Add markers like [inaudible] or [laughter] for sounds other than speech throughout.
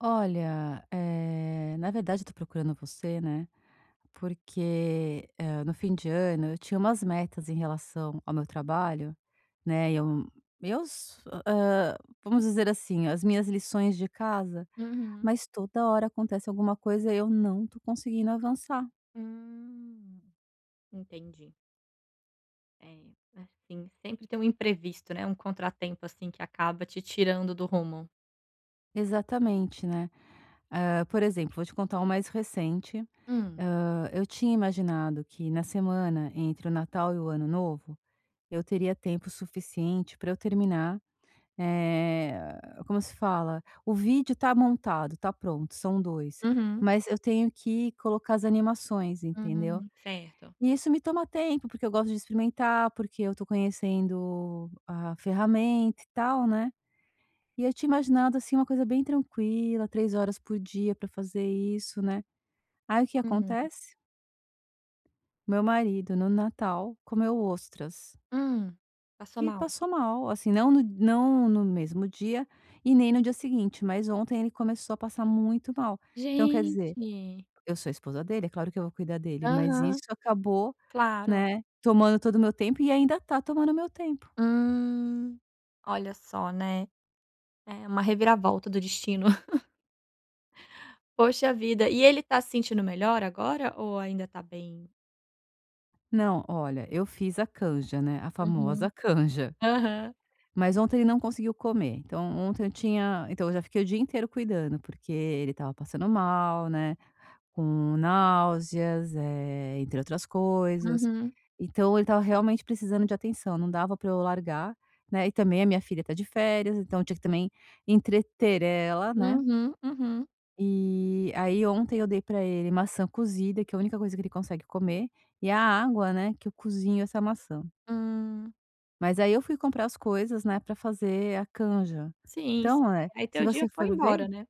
Olha, na verdade eu tô procurando você, né, porque, no fim de ano eu tinha umas metas em relação ao meu trabalho, né, e meus, hã, vamos dizer assim, as minhas lições de casa, Uhum. mas toda hora acontece alguma coisa e eu não tô conseguindo avançar. Hum, entendi. É, assim, sempre tem um imprevisto, né, um contratempo, assim, que acaba te tirando do rumo. Exatamente, né. Por exemplo, vou te contar o mais recente. Hum. Eu tinha imaginado que na semana entre o Natal e o Ano Novo, eu teria tempo suficiente para eu terminar. Eh, Como se fala? O vídeo tá montado, tá pronto, são dois, Uhum. mas eu tenho que colocar as animações, entendeu? Certo. E isso me toma tempo, porque eu gosto de experimentar, porque eu tô conhecendo a ferramenta e tal, né. E eu tinha imaginado, assim, uma coisa bem tranquila, 3 horas por dia pra fazer isso, né. Aí o que Hum. acontece? Meu marido, no Natal, comeu ostras. Hum. Passou E mal? passou mal, assim, não no mesmo dia e nem no dia seguinte, mas ontem ele começou a passar muito mal. Então quer dizer, Gente. eu sou a esposa dele, é claro que eu vou cuidar dele, mas Aham. isso acabou, Claro. né, tomando todo o meu tempo e ainda tá tomando meu tempo. Hum. Olha só, né, é uma reviravolta do destino. [laughs] Poxa vida, e ele tá se sentindo melhor agora ou ainda tá bem? Não, olha, eu fiz a canja, né, a famosa [laughs] Uhum. canja, Aham. mas ontem ele não conseguiu comer, então ontem eu tinha então eu já fiquei o dia inteiro cuidando, porque ele estava passando mal, né. Com náuseas, entre outras coisas. Uhum. Então ele estava realmente precisando de atenção, não dava para eu largar, né, e também a minha filha tá de férias, então eu tinha que também entreter ela, Uhum, né. uhum. Uhum. E aí ontem eu dei para ele maçã cozida, que é a única coisa que ele consegue comer, e a água, né, que eu cozinho essa maçã. Hum. Mas aí eu fui comprar as coisas, né, para fazer a canja. Sim, Então, sim. Aí se teu dia você foi for ver embora, né.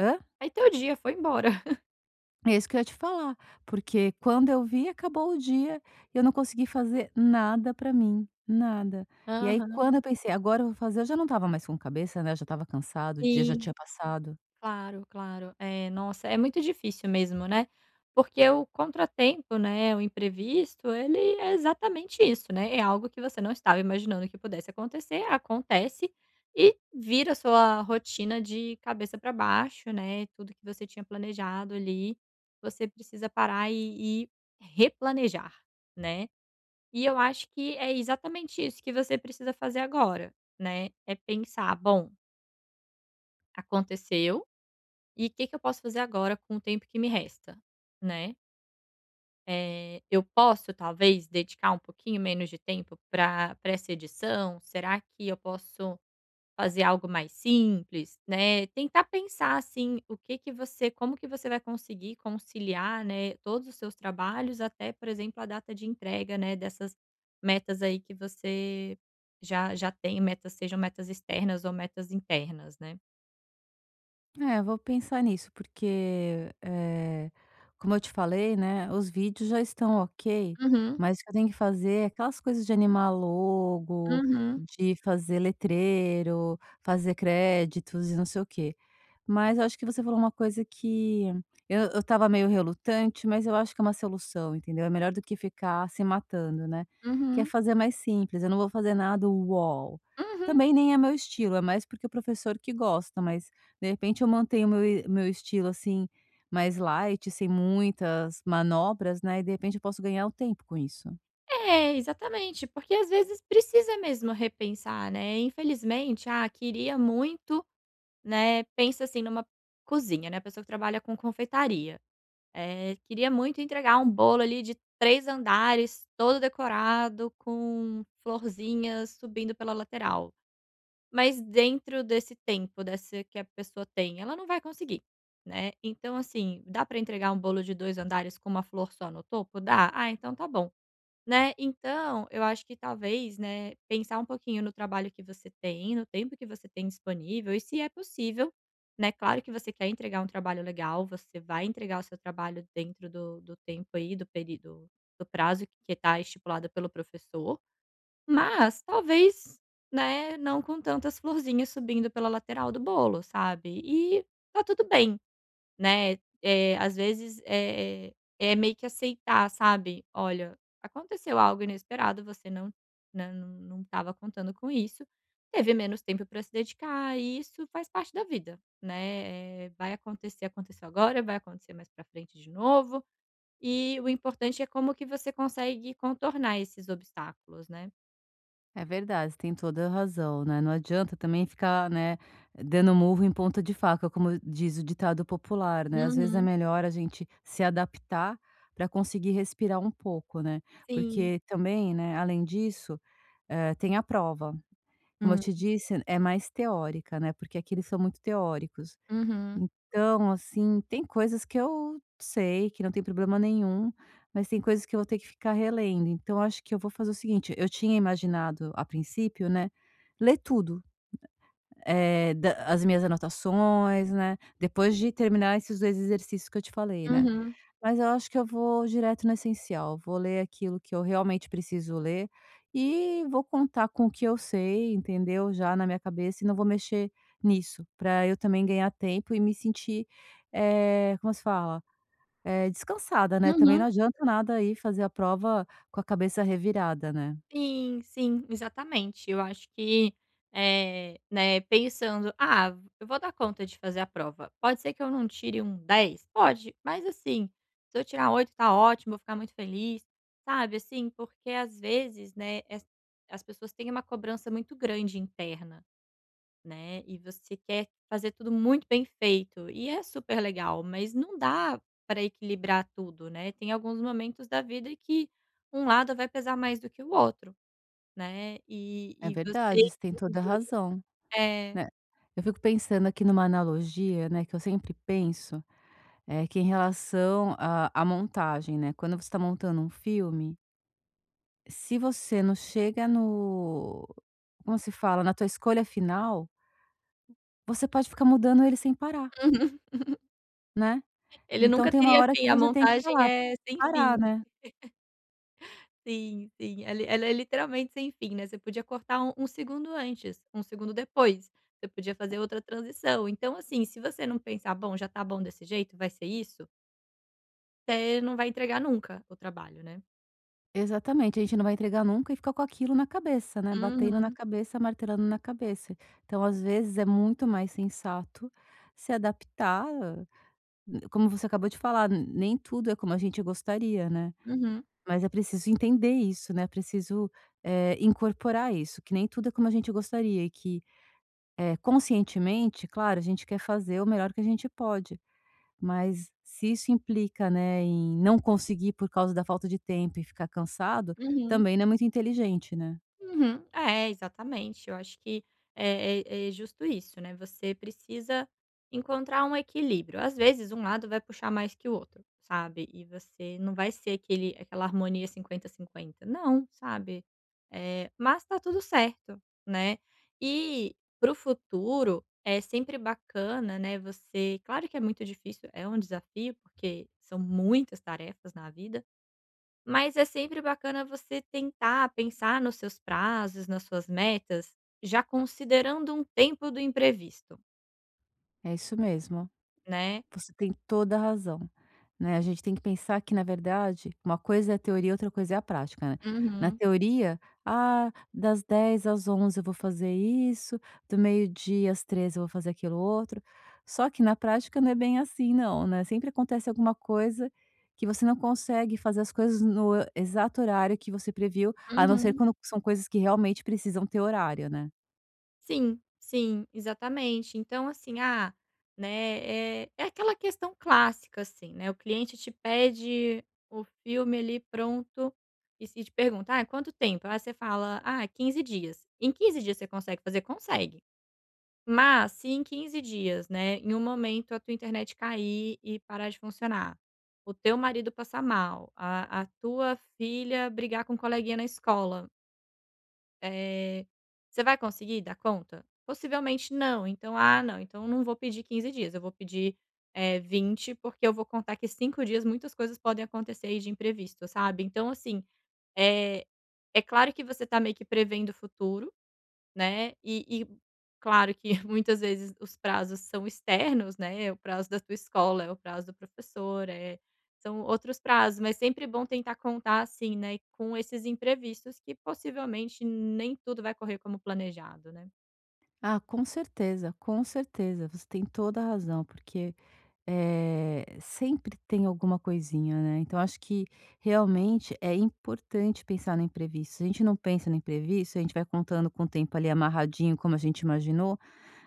hã? Aí teu dia foi embora. [laughs] É isso que eu ia te falar, porque quando eu vi, acabou o dia e eu não consegui fazer nada pra mim, nada. E aí Aham, quando eu pensei: "Agora eu vou fazer", eu já não estava mais com cabeça, né. Eu já estava cansado, o dia já sim. tinha passado. Claro, claro. É, nossa, é muito difícil mesmo, né, porque o contratempo, né, o imprevisto, ele é exatamente isso, né, é algo que você não estava imaginando que pudesse acontecer, acontece e vira a sua rotina de cabeça para baixo, né, tudo que você tinha planejado ali, você precisa parar e replanejar, né. E eu acho que é exatamente isso que você precisa fazer agora, né, é pensar: "Bom, aconteceu e o que que eu posso fazer agora com o tempo que me resta?", né. Eu posso talvez dedicar um pouquinho menos de tempo para pra essa edição? Será que eu posso fazer algo mais simples, né, tentar pensar, assim, o que que você como que você vai conseguir conciliar, né, todos os seus trabalhos até, por exemplo, a data de entrega, né, dessas metas aí que você já tem metas, sejam metas externas ou metas internas, né. É, eu vou pensar nisso, porque, como eu te falei, né, os vídeos já estão ok, Uhum, mas o que eu tenho que fazer é aquelas coisas de animar logo, uhum, de fazer letreiro, fazer créditos e não sei o quê. Mas eu acho que você falou uma coisa que eu estava meio relutante, mas eu acho que é uma solução, entendeu? É melhor do que ficar se matando, né? Que é uhum, fazer mais simples, eu não vou fazer nada uol. uhum. Também nem é meu estilo, é mais porque o professor que gosta, mas de repente eu mantenho meu estilo, assim, mais light, sem muitas manobras, né, e de repente eu posso ganhar o tempo com isso. É, exatamente, porque às vezes precisa mesmo repensar, né, infelizmente, ah, queria muito, né, pensa, assim, numa cozinha, né, pessoa que trabalha com confeitaria. Queria muito entregar um bolo ali de 3 andares, todo decorado, com florzinhas subindo pela lateral. Mas dentro desse tempo, dessa que a pessoa tem, ela não vai conseguir, né. Então, assim, dá para entregar um bolo de 2 andares com uma flor só no topo? Dá? Ah, então tá bom. Né, então eu acho que talvez, né, pensar um pouquinho no trabalho que você tem, no tempo que você tem disponível e se é possível, né, claro que você quer entregar um trabalho legal, você vai entregar o seu trabalho dentro do tempo aí, do prazo que está estipulado pelo professor, mas talvez, né, não com tantas florzinhas subindo pela lateral do bolo, sabe. E tá tudo bem. Né, é às vezes, é meio que aceitar, sabe, "Olha, aconteceu algo inesperado, você não né, não estava contando com isso, teve menos tempo para se dedicar e isso faz parte da vida, né, vai acontecer, aconteceu agora, vai acontecer mais para frente de novo", e o importante é como que você consegue contornar esses obstáculos, né. É verdade, você tem toda a razão, né, não adianta também ficar, né, dando murro em ponta de faca, como diz o ditado popular, né, às vezes é Uhum, melhor a gente se adaptar para conseguir respirar um pouco, né. sim. Porque também, né, além disso, tem a prova. Como eu Hum, te disse, é mais teórica, né, porque aqui eles são muito teóricos. uhum, Então, assim, tem coisas que eu sei que não tem problema nenhum, mas tem coisas que eu vou ter que ficar relendo. Então, acho que eu vou fazer o seguinte: eu tinha imaginado, a princípio, né, ler tudo. Da as minhas anotações, né, depois de terminar esses 2 exercícios que eu te falei, né. uhum, Mas eu acho que eu vou direto no essencial, vou ler aquilo que eu realmente preciso ler e vou contar com o que eu sei, entendeu, já na minha cabeça, e não vou mexer nisso, para eu também ganhar tempo e me sentir, como se fala? Descansada, né, também uhum. não adianta nada aí fazer a prova com a cabeça revirada, né. Sim, sim, exatamente. Eu acho que, né, pensando: "Ah, eu vou dar conta de fazer a prova. Pode ser que eu não tire um 10. Pode, mas assim, se eu tirar 8 tá ótimo, vou ficar muito feliz", sabe, assim, porque às vezes, né, as pessoas têm uma cobrança muito grande interna, né, e você quer fazer tudo muito bem feito, e é super legal, mas não dá para equilibrar tudo, né. Tem alguns momentos da vida que um lado vai pesar mais do que o outro. Né, e É e verdade, você você tem toda a entender razão. é, uhum. Né. Eu fico pensando aqui numa analogia, né, que eu sempre penso, é que em relação à montagem, né, quando você está montando um filme, se você não chega no, como se fala, na tua escolha final, você pode ficar mudando ele sem parar, [laughs] né. Ele Então nunca tem uma teria hora que fim, a você tem que montagem falar: é sem "Parar", fim. né. Sim, sim, ela é literalmente sem fim, né, você podia cortar um segundo antes, um segundo depois, você podia fazer outra transição. Então, assim, se você não pensar: "Bom, já tá bom desse jeito, vai ser isso", você não vai entregar nunca o trabalho, né. Exatamente, a gente não vai entregar nunca e fica com aquilo na cabeça, né, batendo na Uhum, cabeça, martelando na cabeça. Então, às vezes, é muito mais sensato se adaptar. Como você acabou de falar, nem tudo é como a gente gostaria, né. uhum, Mas é preciso entender isso, né, é preciso, incorporar isso, que nem tudo é como a gente gostaria e que, conscientemente, claro, a gente quer fazer o melhor que a gente pode, mas se isso implica, né, em não conseguir por causa da falta de tempo e ficar cansado, uhum. também não é muito inteligente, né. Uhum. É, exatamente. Eu acho que é é justo isso, né, você precisa encontrar um equilíbrio. Às vezes, um lado vai puxar mais que o outro, sabe, e você não vai ser aquele aquela harmonia 50-50, não, sabe, mas tá tudo certo, né. E para o futuro, é sempre bacana, né, você claro que é muito difícil, é um desafio, porque são muitas tarefas na vida. Mas é sempre bacana você tentar pensar nos seus prazos, nas suas metas, já considerando um tempo do imprevisto, É isso mesmo. né. Você tem toda a razão, né, a gente tem que pensar que na verdade, uma coisa é a teoria, outra coisa é a prática, né. Na Uhum, teoria, ah, das 10 às 11 eu vou fazer isso, do meio-dia às 13 eu vou fazer aquilo outro, só que na prática não é bem assim não, né, sempre acontece alguma coisa que você não consegue fazer as coisas no exato horário que você previu, a não ser uhum. quando são coisas que realmente precisam ter horário, né. Sim, sim, exatamente. Então assim, ah, né, é aquela questão clássica, assim, né, o cliente te pede o filme ali pronto e se te pergunta: "Ah, quanto tempo?" Aí você fala: "Ah, 15 dias". Em 15 dias você consegue fazer? Consegue. Mas se em 15 dias, né, em um momento a tua internet cair e parar de funcionar, o teu marido passar mal, a tua filha brigar com um coleguinha na escola, eh, você vai conseguir dar conta? Possivelmente não. Então: "Ah, não, então eu não vou pedir 15 dias, eu vou pedir, 20, porque eu vou contar que 5 dias muitas coisas podem acontecer aí de imprevisto", sabe. Então assim, é é claro que você tá meio que prevendo o futuro, né, e claro que [laughs] muitas vezes os prazos são externos, né, é o prazo da tua escola, é o prazo do professor, é são outros prazos, mas sempre bom tentar contar, assim, né, com esses imprevistos que possivelmente nem tudo vai correr como planejado, né. Ah, com certeza, você tem toda a razão, porque, sempre tem alguma coisinha, né. Então acho que realmente é importante pensar no imprevisto. Se a gente não pensa no imprevisto, a gente vai contando com o tempo ali amarradinho como a gente imaginou,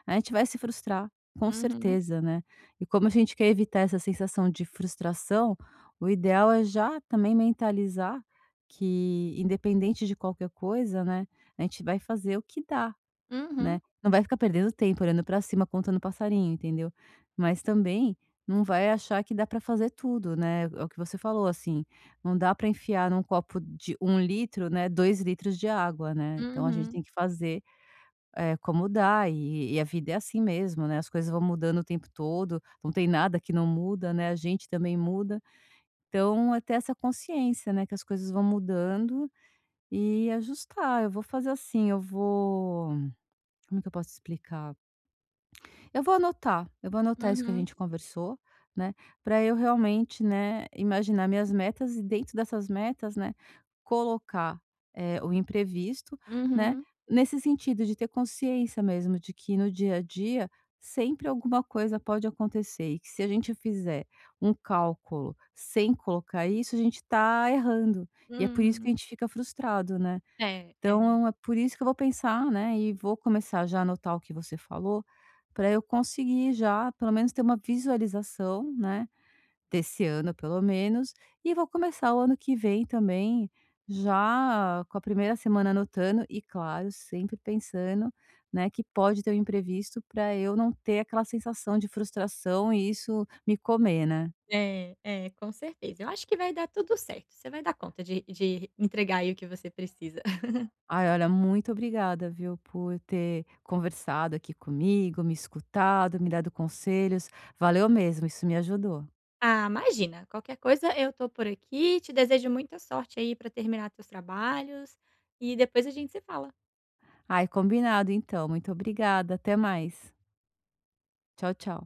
a gente vai se frustrar, com Uhum, certeza, né. E como a gente quer evitar essa sensação de frustração, o ideal é já também mentalizar que independente de qualquer coisa, né, a gente vai fazer o que dá. Né, uhum, não vai ficar perdendo tempo olhando pra cima, contando passarinho, entendeu. Mas também não vai achar que dá pra fazer tudo, né, é o que você falou, assim, não dá pra enfiar num copo de um litro, né, 2 litros de água, né. Então a gente uhum, tem que fazer, como dá e a vida é assim mesmo, né, as coisas vão mudando o tempo todo, não tem nada que não muda, né, a gente também muda. Então até essa consciência, né, que as coisas vão mudando e ajustar. Eu vou fazer assim, eu vou como é que eu posso explicar? Eu vou anotar isso que a uhum, gente conversou, né, para eu realmente, né, imaginar minhas metas e dentro dessas metas, né, colocar, o imprevisto, né, uhum, nesse sentido de ter consciência mesmo de que no dia a dia sempre alguma coisa pode acontecer e que se a gente fizer um cálculo sem colocar isso, a gente está errando, e é por isso que a uhum. gente fica frustrado, né. É, é, Então, é por isso que eu vou pensar, né, e vou começar já a anotar o que você falou, para eu conseguir já, pelo menos, ter uma visualização, né, desse ano pelo menos, e vou começar o ano que vem também, já com a primeira semana anotando e claro, sempre pensando, né, que pode ter um imprevisto para eu não ter aquela sensação de frustração e isso me comer, né. é, é, com certeza. Eu acho que vai dar tudo certo, você vai dar conta de entregar aí o que você precisa. Ai, olha, muito obrigada, viu, por ter conversado aqui comigo, me escutado, me dado conselhos. Valeu mesmo, isso me ajudou. Ah, imagina. Qualquer coisa eu tô por aqui. Te desejo muita sorte aí para terminar teus trabalhos e depois a gente se fala. Ai, combinado então. Muito obrigada. Até mais. Tchau, tchau.